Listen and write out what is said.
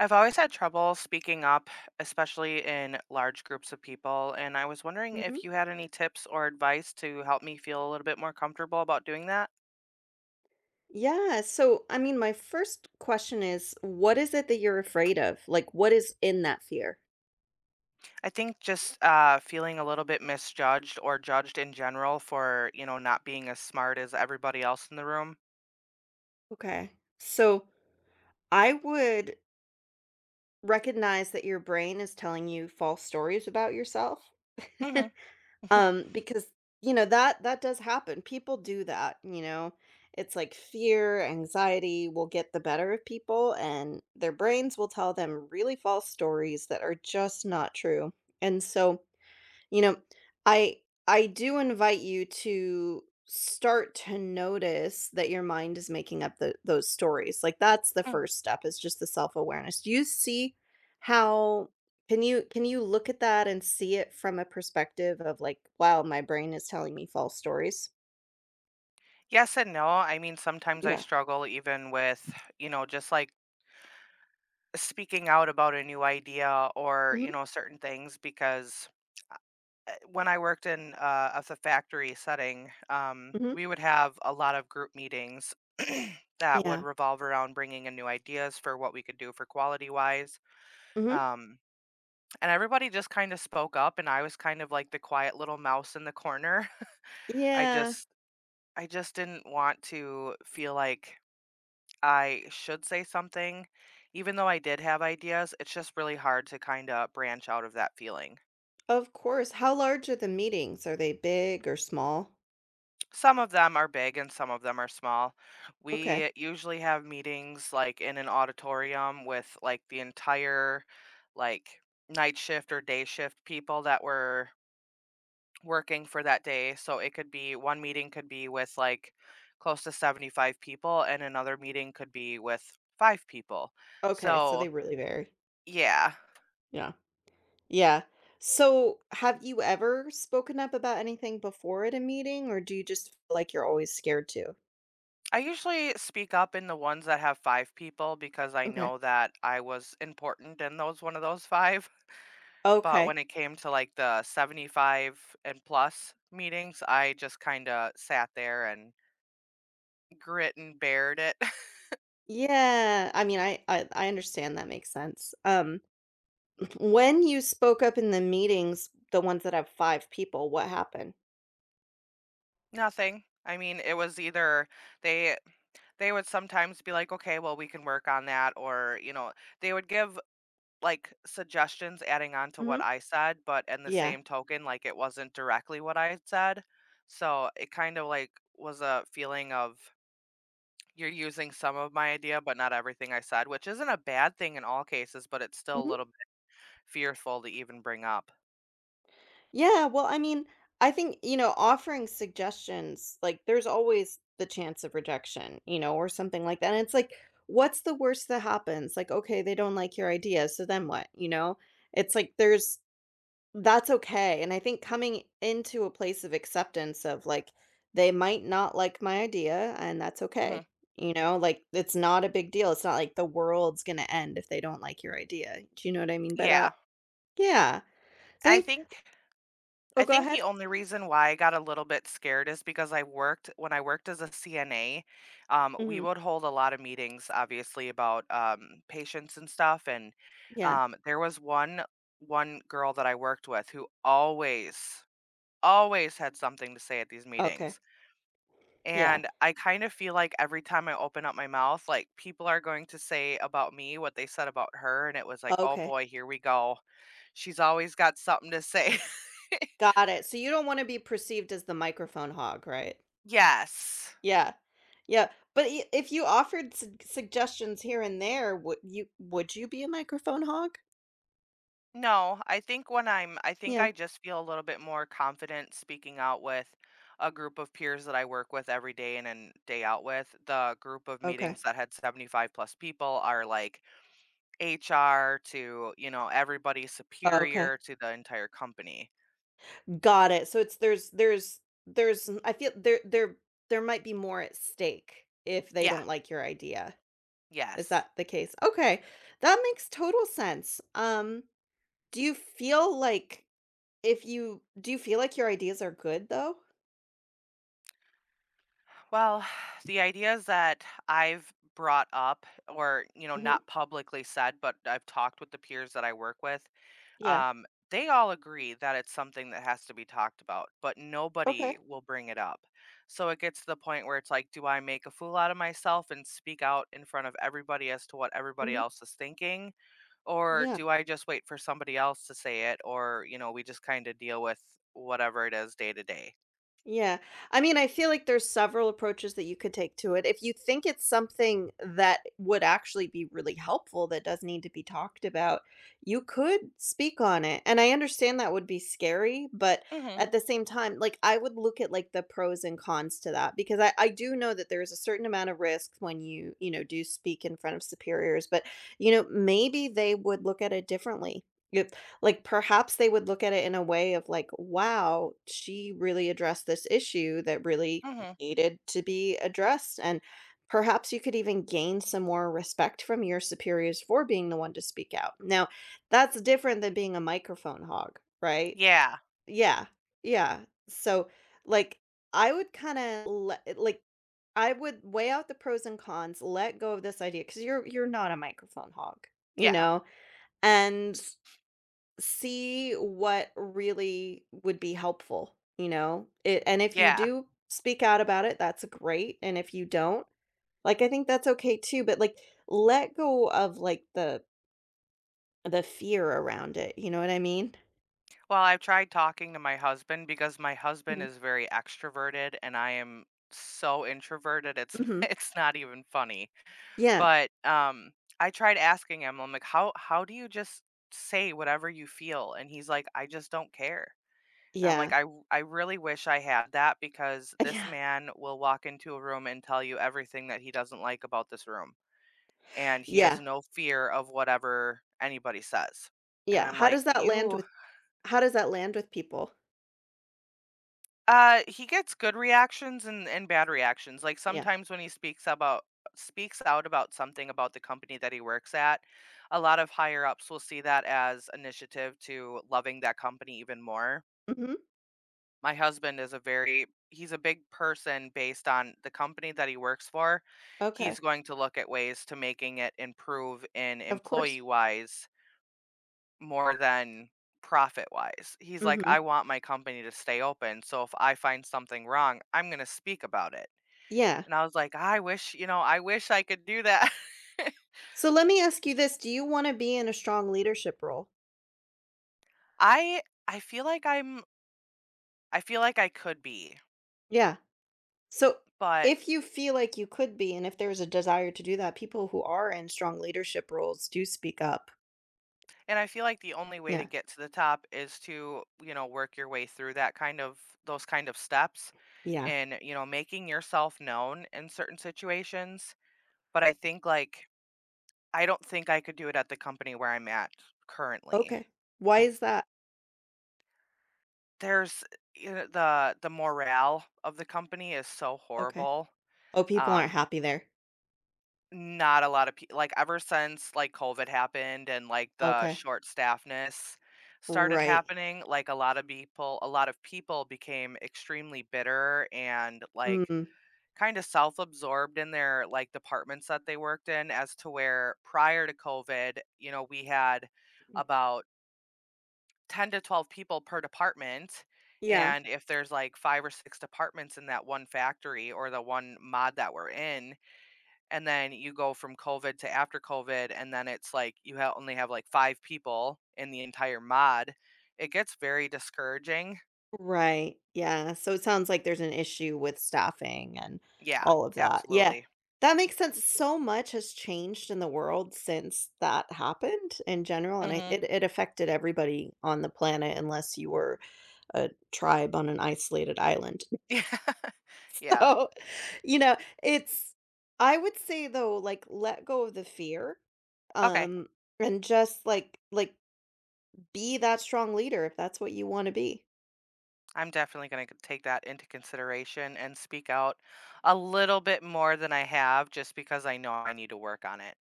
I've always had trouble speaking up, especially in large groups of people, and I was wondering hmm if you had any tips or advice to help me feel a little bit more comfortable about doing that. Yeah. So, I mean, my first question is, what is it that you're afraid of? Like, what is in that fear? I think just feeling a little bit misjudged or judged in general for, not being as smart as everybody else in the room. Okay. So, I would recognize that your brain is telling you false stories about yourself. Hmm. Because, that does happen. People do that. It's like fear, anxiety will get the better of people, and their brains will tell them really false stories that are just not true. And so, You know, I I do invite you to start to notice that your mind is making up those stories. Like that's the first step is just the self-awareness. Do you see how can you look at that and see it from a perspective of like, wow, my brain is telling me false stories? Yes and no. I mean, sometimes I Yeah. struggle even with, just like speaking out about a new idea or, Hmm. Certain things because when I worked in of the factory setting, Hmm. we would have a lot of group meetings that would Yeah. revolve around bringing in new ideas for what we could do for quality wise. Hmm. Um, and everybody just kind of spoke up, and I was kind of like the quiet little mouse in the corner. I Yeah. just, I just didn't want to feel like I should say something, even though I did have ideas. It's just really hard to kind of branch out of that feeling. Of course. How large are the meetings? Are they big or small? Some of them are big and some of them are small. Okay. We usually have meetings like in an auditorium with like the entire like night shift or day shift people that were working for that day. So it could be one meeting could be with like close to 75 people and another meeting could be with 5 people. Okay. So So, they really vary. yeah. Yeah. Yeah. So, have you ever spoken up about anything before at a meeting, or do you just feel like you're always scared to? I usually speak up in the ones that have 5 people because I Okay. know that I was important in those one of those 5. But when Okay. it came to, like, the 75 and plus meetings, I just kinda sat there and grit and bared it. Yeah. I mean, I understand that makes sense. When you spoke up in the meetings, the ones that have five people, what happened? Nothing. I mean, it was either they they would sometimes be like, "Okay, well, we can work on that," or, you know, they would give, like, suggestions adding on to Hmm. what I said, but in the Yeah. same token, like, it wasn't directly what I had said. So, it kind of, like, was a feeling of, you're using some of my idea, but not everything I said, which isn't a bad thing in all cases, but it's still a little bit fearful to even bring up. Yeah, well, I mean, I think, offering suggestions, like there's always the chance of rejection, or something like that. And it's like, what's the worst that happens? Like, okay, they don't like your idea, so then what? You know? It's like there's that's okay. And I think coming into a place of acceptance of like they might not like my idea and that's okay. Mhm. Like it's not a big deal. It's not like the world's going to end if they don't like your idea. Do you know what I mean by Yeah. that? Yeah. So I I think, think I oh, go think the ahead. only reason why I got a little bit scared is because I worked as a CNA. We would Mhm. hold a lot of meetings obviously about, patients and stuff, and, Yeah. There was one girl that I worked with who always had something to say at these Okay. meetings. Yeah. And I kind of feel like every time I open up my mouth, like people are going to say about me what they said about her. And it was like, oh Okay. boy, here we go. She's always got something to say. Got it. So you don't wanna be perceived as the microphone hog, right? Yes. Yeah. Yeah, but I if you offered suggestions here and there, would you be a microphone hog? No, I think Yeah. I just feel a little bit more confident speaking out with a group of peers that I work with every day in and day out with. The group of Okay. meetings that had 75 plus people are like HR to, you know, everybody Okay. superior to the entire company. Got it. So it's there's n- I feel there might be more at stake if they Yeah. don't like your idea. Is Yes. that the case? Okay. That makes total sense. Do you feel like If you do you feel like your ideas are good though? Well, the ideas that I've brought up or, you know, Mhm. not publicly said, but I've talked with the peers that I work with, Yeah. um, they all agree that it's something that has to be talked about, but nobody Okay. will bring it up. So it gets to the point where it's like, do I make a fool out of myself and speak out in front of everybody as to what everybody Mhm. else is thinking? Or Yeah. do I just wait for somebody else to say it? Or, you know, we just kind of deal with whatever it is day to day. Yeah. I mean, I feel like there's several approaches that you could take to it. If you think it's something that would actually be really helpful that does need to be talked about, you could speak on it. And I understand that would be scary, but Mm at the same time, like I would look at like the pros and cons to that because I do know that there's a certain amount of risk when you, do speak in front of superiors, but maybe they would look at it differently. Yep, like, perhaps they would look at it in a way of like, wow, she really addressed this issue that really hmm. Mm hmm. needed to be addressed. And perhaps you could even gain some more respect from your superiors for being the one to speak out. Now, that's different than being a microphone hog, right? Yeah. Yeah. Yeah. So, like, I would kind of like, I would weigh out the pros and cons, let go of this idea because you're not a microphone hog, you Yeah. know, and see what really would be helpful, you know? It and if you Yeah. do speak out about it, that's great, and if you don't, like, I think that's okay too, but, like, let go of, like, the fear around it, you know what I mean? Well, I've tried talking to my husband because my husband Mhm, is very extroverted and I am so introverted it's mhm. it's not even funny. Yeah, But I tried asking him, I'm like, how do you just say whatever you feel? And he's like, I just don't care. And I'm like, yeah, I really wish I had that because this yeah, man will walk into a room and tell you everything that he doesn't like about this room. And he has yeah, no fear of whatever anybody says. And yeah. I'm How like, does that land you— with how does that land with people? He gets good reactions and bad reactions. Like, Yeah. sometimes when he speaks out about something about the company that he works at, a lot of higher ups will see that as initiative to loving that company even more. Mhm. My husband is a very he's a big person based on the company that he works for. He's Okay. going to look at ways to making it improve in Of course. employee wise more than profit wise. He's like, I Mhm. want my company to stay open. So if I find something wrong, I'm going to speak about it. Yeah. And I was like, I wish, you know, I wish I could do that. So let me ask you this, do you wanna be in a strong leadership role? I I feel like I feel like I could be, Yeah. So, but— if you feel like you could be, and if there's a desire to do that, people who are in strong leadership roles do speak up. and I feel like the only way to Yeah. get to the top is to, you know, work your way through that those kind of steps Yeah. and, you know, making yourself known in certain situations. But I think like I don't think I could do it at the company where I'm at currently. Okay. Why is that? There's You know, the morale of the company is so Okay. horrible. Oh, people aren't Um, happy there. Not a lot of people like ever since like COVID happened and like the Okay. short staffness started Right. happening, like a lot of people became extremely bitter and like Mm. kind of self-absorbed in their like departments that they worked in as to where prior to COVID, you know, we had about 10 to 12 people per department, Yeah. and if there's like 5 or 6 departments in that one factory or the one mod that we're in, and then you go from covid to after covid, and then it's like you only have like 5 people in the entire mod. It gets very discouraging. Right. Yeah. So it sounds like there's an issue with staffing and Yeah, all of that. Yeah. absolutely. That makes sense. So much has changed in the world since that happened in general. And I, Hmm. it, it affected everybody on the planet, unless you were a tribe on an isolated island. Yeah, yeah. So, you know, it's I would say though, like let go of the fear, Okay, um, and just like be that strong leader if that's what you want to be. I'm definitely going to take that into consideration and speak out a little bit more than I have just because I know I need to work on it.